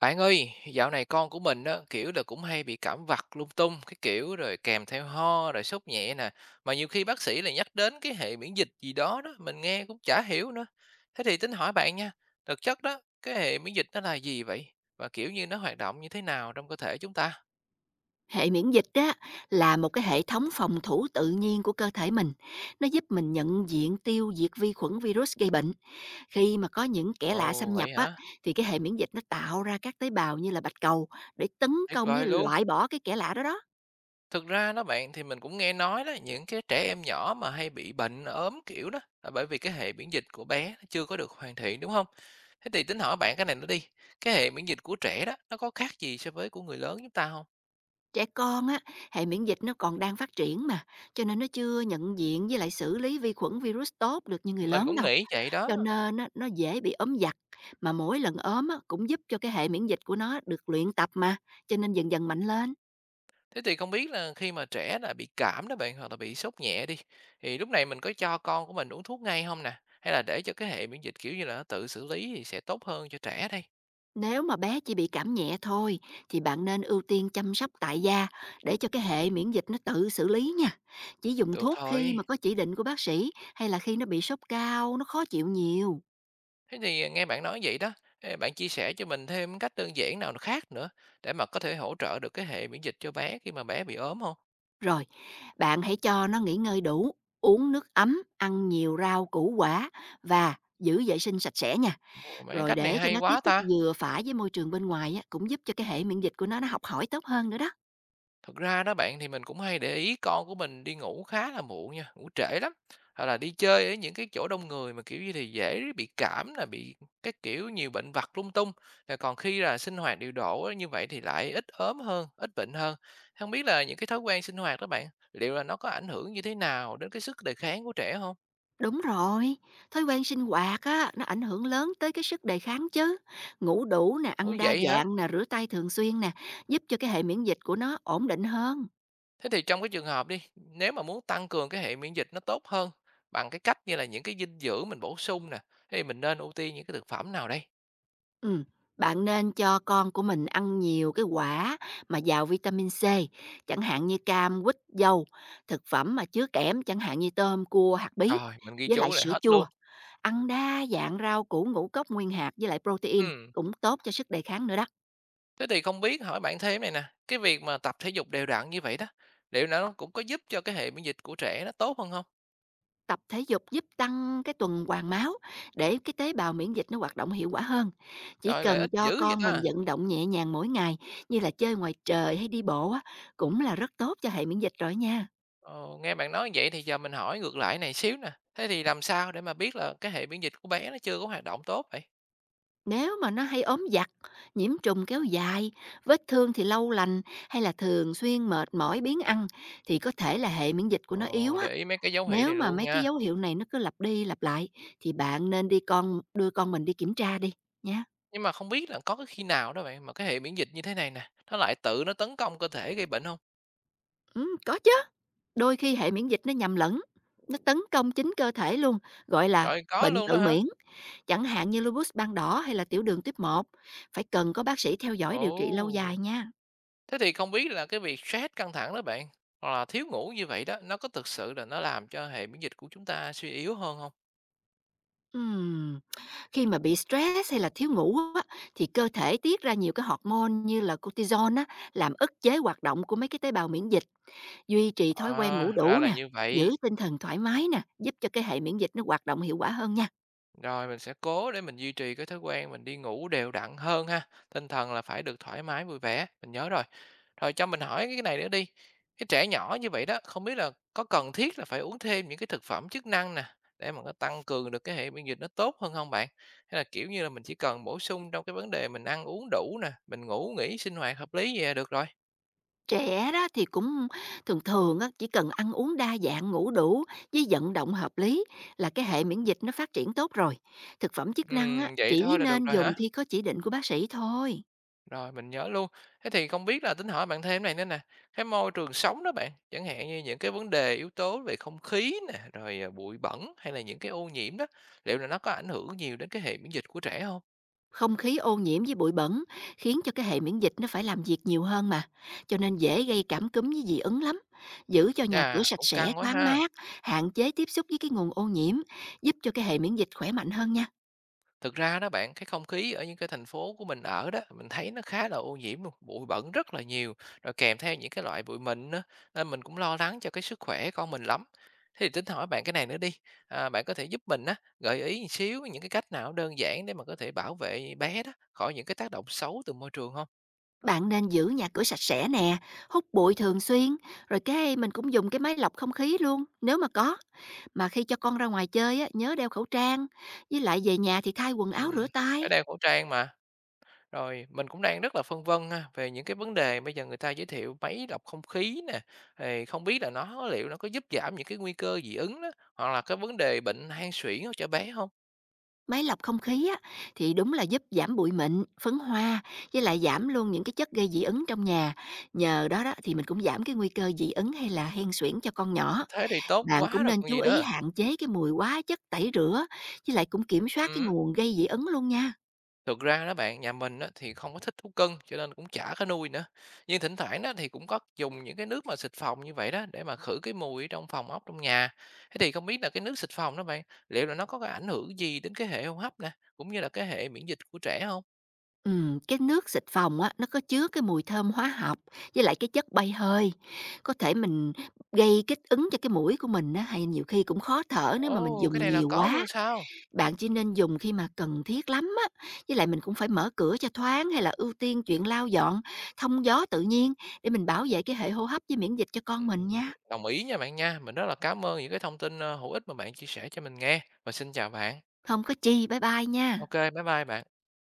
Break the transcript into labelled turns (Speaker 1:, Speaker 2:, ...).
Speaker 1: Bạn ơi, dạo này con của mình á, kiểu là cũng hay bị cảm vặt lung tung, cái kiểu rồi kèm theo ho rồi sốt nhẹ nè. Mà nhiều khi bác sĩ lại nhắc đến cái hệ miễn dịch gì đó đó, mình nghe cũng chả hiểu nữa. Thế thì tính hỏi bạn nha, thực chất đó, cái hệ miễn dịch nó là gì vậy? Và kiểu như nó hoạt động như thế nào trong cơ thể chúng ta?
Speaker 2: Hệ miễn dịch á là một cái hệ thống phòng thủ tự nhiên của cơ thể mình. Nó giúp mình nhận diện tiêu diệt vi khuẩn virus gây bệnh. Khi mà có những kẻ lạ
Speaker 1: Ồ,
Speaker 2: xâm nhập
Speaker 1: vậy
Speaker 2: á
Speaker 1: hả?
Speaker 2: thì cái hệ miễn dịch nó tạo ra các tế bào như là bạch cầu để tấn
Speaker 1: Tuyệt
Speaker 2: công với
Speaker 1: vời luôn.
Speaker 2: loại bỏ cái kẻ lạ đó đó.
Speaker 1: Thực ra đó bạn, thì mình cũng nghe nói đó, những cái trẻ em nhỏ mà hay bị bệnh, ốm kiểu đó, là bởi vì cái hệ miễn dịch của bé nó chưa có được hoàn thiện, đúng không? Thế thì tính hỏi bạn cái này nữa đi, cái hệ miễn dịch của trẻ đó, nó có khác gì so với của người lớn chúng ta không?
Speaker 2: Trẻ con á, hệ miễn dịch nó còn đang phát triển mà, cho nên nó chưa nhận diện với lại xử lý vi khuẩn virus tốt được như người
Speaker 1: Mình
Speaker 2: lớn
Speaker 1: cũng
Speaker 2: đâu.
Speaker 1: nghĩ vậy
Speaker 2: Cho
Speaker 1: đó.
Speaker 2: nên á, nó dễ bị ốm giặt, mà mỗi lần ốm á, cũng giúp cho cái hệ miễn dịch của nó được luyện tập mà, cho nên dần dần mạnh lên.
Speaker 1: Thế thì không biết là khi mà trẻ là bị cảm đó bạn, hoặc là bị sốt nhẹ đi, thì lúc này mình có cho con của mình uống thuốc ngay không nè? Hay là để cho cái hệ miễn dịch, kiểu như là, nó tự xử lý thì sẽ tốt hơn cho trẻ đây?
Speaker 2: Nếu mà bé chỉ bị cảm nhẹ thôi thì bạn nên ưu tiên chăm sóc tại gia để cho cái hệ miễn dịch nó tự xử lý nha. Chỉ dùng
Speaker 1: Được
Speaker 2: thuốc khi
Speaker 1: thôi.
Speaker 2: mà có chỉ định của bác sĩ hay là khi nó bị sốt cao, nó khó chịu nhiều.
Speaker 1: Thế thì, à, nghe bạn nói vậy đó, ê, bạn chia sẻ cho mình thêm cách đơn giản nào khác nữa để mà có thể hỗ trợ được cái hệ miễn dịch cho bé khi mà bé bị ốm không?
Speaker 2: Rồi, bạn hãy cho nó nghỉ ngơi đủ, uống nước ấm, ăn nhiều rau củ quả và giữ vệ sinh sạch sẽ nha.
Speaker 1: Ồ, mấy cái
Speaker 2: Rồi
Speaker 1: cách này
Speaker 2: để cho
Speaker 1: hay
Speaker 2: nó tiếp
Speaker 1: quá
Speaker 2: xúc
Speaker 1: ta!
Speaker 2: vừa phải với môi trường bên ngoài á, cũng giúp cho cái hệ miễn dịch của nó học hỏi tốt hơn nữa đó.
Speaker 1: Thực ra đó bạn thì mình cũng hay để ý con của mình đi ngủ khá là muộn nha, ngủ trễ lắm, hoặc là đi chơi ở những cái chỗ đông người mà, kiểu như, thì dễ bị cảm là bị các kiểu nhiều bệnh vặt lung tung, à, còn khi là sinh hoạt điều độ á, như vậy thì lại ít ốm hơn, ít bệnh hơn. Không biết là những cái thói quen sinh hoạt đó bạn, liệu là nó có ảnh hưởng như thế nào đến cái sức đề kháng của trẻ không?
Speaker 2: Đúng rồi, thói quen sinh hoạt á, nó ảnh hưởng lớn tới cái sức đề kháng chứ. Ngủ đủ nè,
Speaker 1: Ủa,
Speaker 2: ăn đa
Speaker 1: vậy hả?
Speaker 2: dạng nè, rửa tay thường xuyên nè, giúp cho cái hệ miễn dịch của nó ổn định hơn.
Speaker 1: Thế thì trong cái trường hợp đi, nếu mà muốn tăng cường cái hệ miễn dịch nó tốt hơn bằng cái cách như là những cái dinh dưỡng mình bổ sung nè, thế thì mình nên ưu tiên những cái thực phẩm nào đây?
Speaker 2: Ừm, bạn nên cho con của mình ăn nhiều cái quả mà giàu vitamin C, chẳng hạn như cam, quýt, dâu, thực phẩm mà chứa kẽm chẳng hạn như tôm, cua, hạt bí,
Speaker 1: Rồi, mình ghi
Speaker 2: với lại
Speaker 1: chú lại
Speaker 2: sữa
Speaker 1: hết
Speaker 2: chua.
Speaker 1: luôn.
Speaker 2: Ăn đa dạng rau củ ngũ cốc nguyên hạt với lại protein
Speaker 1: Ừm,
Speaker 2: cũng tốt cho sức đề kháng nữa đó.
Speaker 1: thế thì không biết hỏi bạn thêm này nè, cái việc mà tập thể dục đều đặn như vậy đó, liệu nó cũng có giúp cho cái hệ miễn dịch của trẻ nó tốt hơn không?
Speaker 2: Tập thể dục giúp tăng cái tuần hoàn máu để cái tế bào miễn dịch nó hoạt động hiệu quả hơn. Chỉ
Speaker 1: Trời, lợi
Speaker 2: cần
Speaker 1: ích
Speaker 2: cho
Speaker 1: dữ vậy
Speaker 2: con mình
Speaker 1: ta!
Speaker 2: vận động nhẹ nhàng mỗi ngày như là chơi ngoài trời hay đi bộ á, cũng là rất tốt cho hệ miễn dịch rồi nha.
Speaker 1: Ờ, nghe bạn nói vậy thì giờ mình hỏi ngược lại này xíu nè, thế thì làm sao để mà biết là cái hệ miễn dịch của bé nó chưa có hoạt động tốt vậy?
Speaker 2: Nếu mà nó hay ốm vặt, nhiễm trùng kéo dài, vết thương thì lâu lành hay là thường xuyên mệt mỏi biếng ăn thì có thể là hệ miễn dịch của nó yếu
Speaker 1: Ồ,
Speaker 2: á.
Speaker 1: để ý mấy cái dấu hiệu
Speaker 2: Nếu
Speaker 1: này
Speaker 2: mà
Speaker 1: luôn
Speaker 2: mấy cái
Speaker 1: nha.
Speaker 2: dấu hiệu này nó cứ lặp đi lặp lại thì bạn nên đi con đưa con mình đi kiểm tra đi nha.
Speaker 1: Nhưng mà không biết là có cái khi nào đó bạn, mà cái hệ miễn dịch như thế này nè, nó lại tự nó tấn công cơ thể gây bệnh không?
Speaker 2: Ừ, có chứ. Đôi khi hệ miễn dịch nó nhầm lẫn, nó tấn công chính cơ thể luôn, gọi
Speaker 1: Trời
Speaker 2: là
Speaker 1: ơi, có
Speaker 2: bệnh
Speaker 1: luôn đó
Speaker 2: tự
Speaker 1: hả?
Speaker 2: miễn, chẳng hạn như lupus ban đỏ hay là tiểu đường tuyếp một phải cần có bác sĩ theo dõi điều trị lâu dài
Speaker 1: Ồ!
Speaker 2: nha.
Speaker 1: Thế thì không biết là cái việc stress căng thẳng đó bạn, hoặc là thiếu ngủ như vậy đó, nó có thực sự là nó làm cho hệ miễn dịch của chúng ta suy yếu hơn không?
Speaker 2: Ừm, khi mà bị stress hay là thiếu ngủ á, thì cơ thể tiết ra nhiều cái hormone như là cortisol á, làm ức chế hoạt động của mấy cái tế bào miễn dịch, duy trì thói quen ngủ
Speaker 1: À, ra
Speaker 2: đủ
Speaker 1: là
Speaker 2: nè,
Speaker 1: như
Speaker 2: giữ
Speaker 1: vậy.
Speaker 2: tinh thần thoải mái nè, giúp cho cái hệ miễn dịch nó hoạt động hiệu quả hơn nha.
Speaker 1: Rồi mình sẽ cố để mình duy trì cái thói quen mình đi ngủ đều đặn hơn ha, tinh thần là phải được thoải mái, vui vẻ, mình nhớ rồi. Rồi cho mình hỏi cái này nữa đi, cái trẻ nhỏ như vậy đó, không biết là có cần thiết là phải uống thêm những cái thực phẩm chức năng nè, để mà nó tăng cường được cái hệ miễn dịch nó tốt hơn không bạn? Hay là, kiểu như là, mình chỉ cần bổ sung trong cái vấn đề mình ăn uống đủ nè, mình ngủ nghỉ sinh hoạt hợp lý vậy là được rồi?
Speaker 2: Trẻ đó thì cũng thường thường á, chỉ cần ăn uống đa dạng, ngủ đủ với vận động hợp lý là cái hệ miễn dịch nó phát triển tốt rồi. Thực phẩm chức năng á,
Speaker 1: Vậy
Speaker 2: chỉ
Speaker 1: thôi là được
Speaker 2: nên
Speaker 1: rồi
Speaker 2: dùng
Speaker 1: hả?
Speaker 2: khi có chỉ định của bác sĩ thôi.
Speaker 1: Rồi, mình nhớ luôn. Thế thì không biết là tính hỏi bạn thêm này nữa nè, cái môi trường sống đó bạn, chẳng hạn như những cái vấn đề yếu tố về không khí nè, rồi, à, bụi bẩn hay là những cái ô nhiễm đó, liệu là nó có ảnh hưởng nhiều đến cái hệ miễn dịch của trẻ không?
Speaker 2: Không khí ô nhiễm với bụi bẩn khiến cho cái hệ miễn dịch nó phải làm việc nhiều hơn mà, cho nên dễ gây cảm cúm với dị ứng lắm. Giữ cho nhà cửa
Speaker 1: Chà,
Speaker 2: sạch
Speaker 1: cũng
Speaker 2: sẽ,
Speaker 1: căng quá
Speaker 2: thoáng
Speaker 1: ha.
Speaker 2: mát, hạn chế tiếp xúc với cái nguồn ô nhiễm, giúp cho cái hệ miễn dịch khỏe mạnh hơn nha.
Speaker 1: Thực ra đó bạn, cái không khí ở những cái thành phố của mình ở đó, mình thấy nó khá là ô nhiễm luôn, bụi bẩn rất là nhiều, rồi kèm theo những cái loại bụi mịn nữa, nên mình cũng lo lắng cho cái sức khỏe con mình lắm. Thế thì tính hỏi bạn cái này nữa đi, à, bạn có thể giúp mình á, gợi ý một xíu những cái cách nào đơn giản để mà có thể bảo vệ bé đó khỏi những cái tác động xấu từ môi trường không?
Speaker 2: Bạn nên giữ nhà cửa sạch sẽ nè, hút bụi thường xuyên, rồi cái mình cũng dùng cái máy lọc không khí luôn, nếu mà có. Mà khi cho con ra ngoài chơi á, nhớ đeo khẩu trang, với lại về nhà thì thay quần áo rửa
Speaker 1: Ừm,
Speaker 2: tay.
Speaker 1: phải đeo khẩu trang mà. Rồi, mình cũng đang rất là phân vân ha, về những cái vấn đề bây giờ người ta giới thiệu máy lọc không khí nè, thì không biết là nó liệu nó có giúp giảm những cái nguy cơ dị ứng đó, hoặc là cái vấn đề bệnh hen suyễn ở trẻ bé không?
Speaker 2: Máy lọc không khí á, thì đúng là giúp giảm bụi mịn, phấn hoa, với lại giảm luôn những cái chất gây dị ứng trong nhà. Nhờ đó đó thì mình cũng giảm cái nguy cơ dị ứng hay là hen suyễn cho con nhỏ.
Speaker 1: Thế thì tốt
Speaker 2: Bạn
Speaker 1: quá
Speaker 2: cũng
Speaker 1: rồi
Speaker 2: nên
Speaker 1: còn
Speaker 2: chú
Speaker 1: gì
Speaker 2: ý
Speaker 1: nữa.
Speaker 2: hạn chế cái mùi quá chất tẩy rửa, với lại cũng kiểm soát cái
Speaker 1: Ừm,
Speaker 2: nguồn gây dị ứng luôn nha.
Speaker 1: thực ra đó bạn, nhà mình á thì không có thích thú cưng, cho nên cũng chả có nuôi nữa. Nhưng thỉnh thoảng đó thì cũng có dùng những cái nước mà xịt phòng như vậy đó, để mà khử cái mùi ở trong phòng ốc, trong nhà. Thế thì không biết là cái nước xịt phòng đó bạn, liệu là nó có cái ảnh hưởng gì đến cái hệ hô hấp nè, cũng như là cái hệ miễn dịch của trẻ không?
Speaker 2: Cái nước xịt phòng á, nó có chứa cái mùi thơm hóa học với lại cái chất bay hơi. Có thể mình gây kích ứng cho cái mũi của mình á, hay nhiều khi cũng khó thở nếu mà mình
Speaker 1: Ồ, cái
Speaker 2: dùng
Speaker 1: này là
Speaker 2: nhiều
Speaker 1: có
Speaker 2: quá.
Speaker 1: luôn sao?
Speaker 2: Bạn chỉ nên dùng khi mà cần thiết lắm á, với lại mình cũng phải mở cửa cho thoáng hay là ưu tiên chuyện lau dọn, thông gió tự nhiên để mình bảo vệ cái hệ hô hấp với miễn dịch cho con mình
Speaker 1: Ừm,
Speaker 2: nha.
Speaker 1: đồng ý nha bạn nha. Mình rất là cảm ơn những cái thông tin, ơ, hữu ích mà bạn chia sẻ cho mình nghe. Và xin chào bạn.
Speaker 2: Không có chi, bye bye nha.
Speaker 1: OK, bye bye bạn.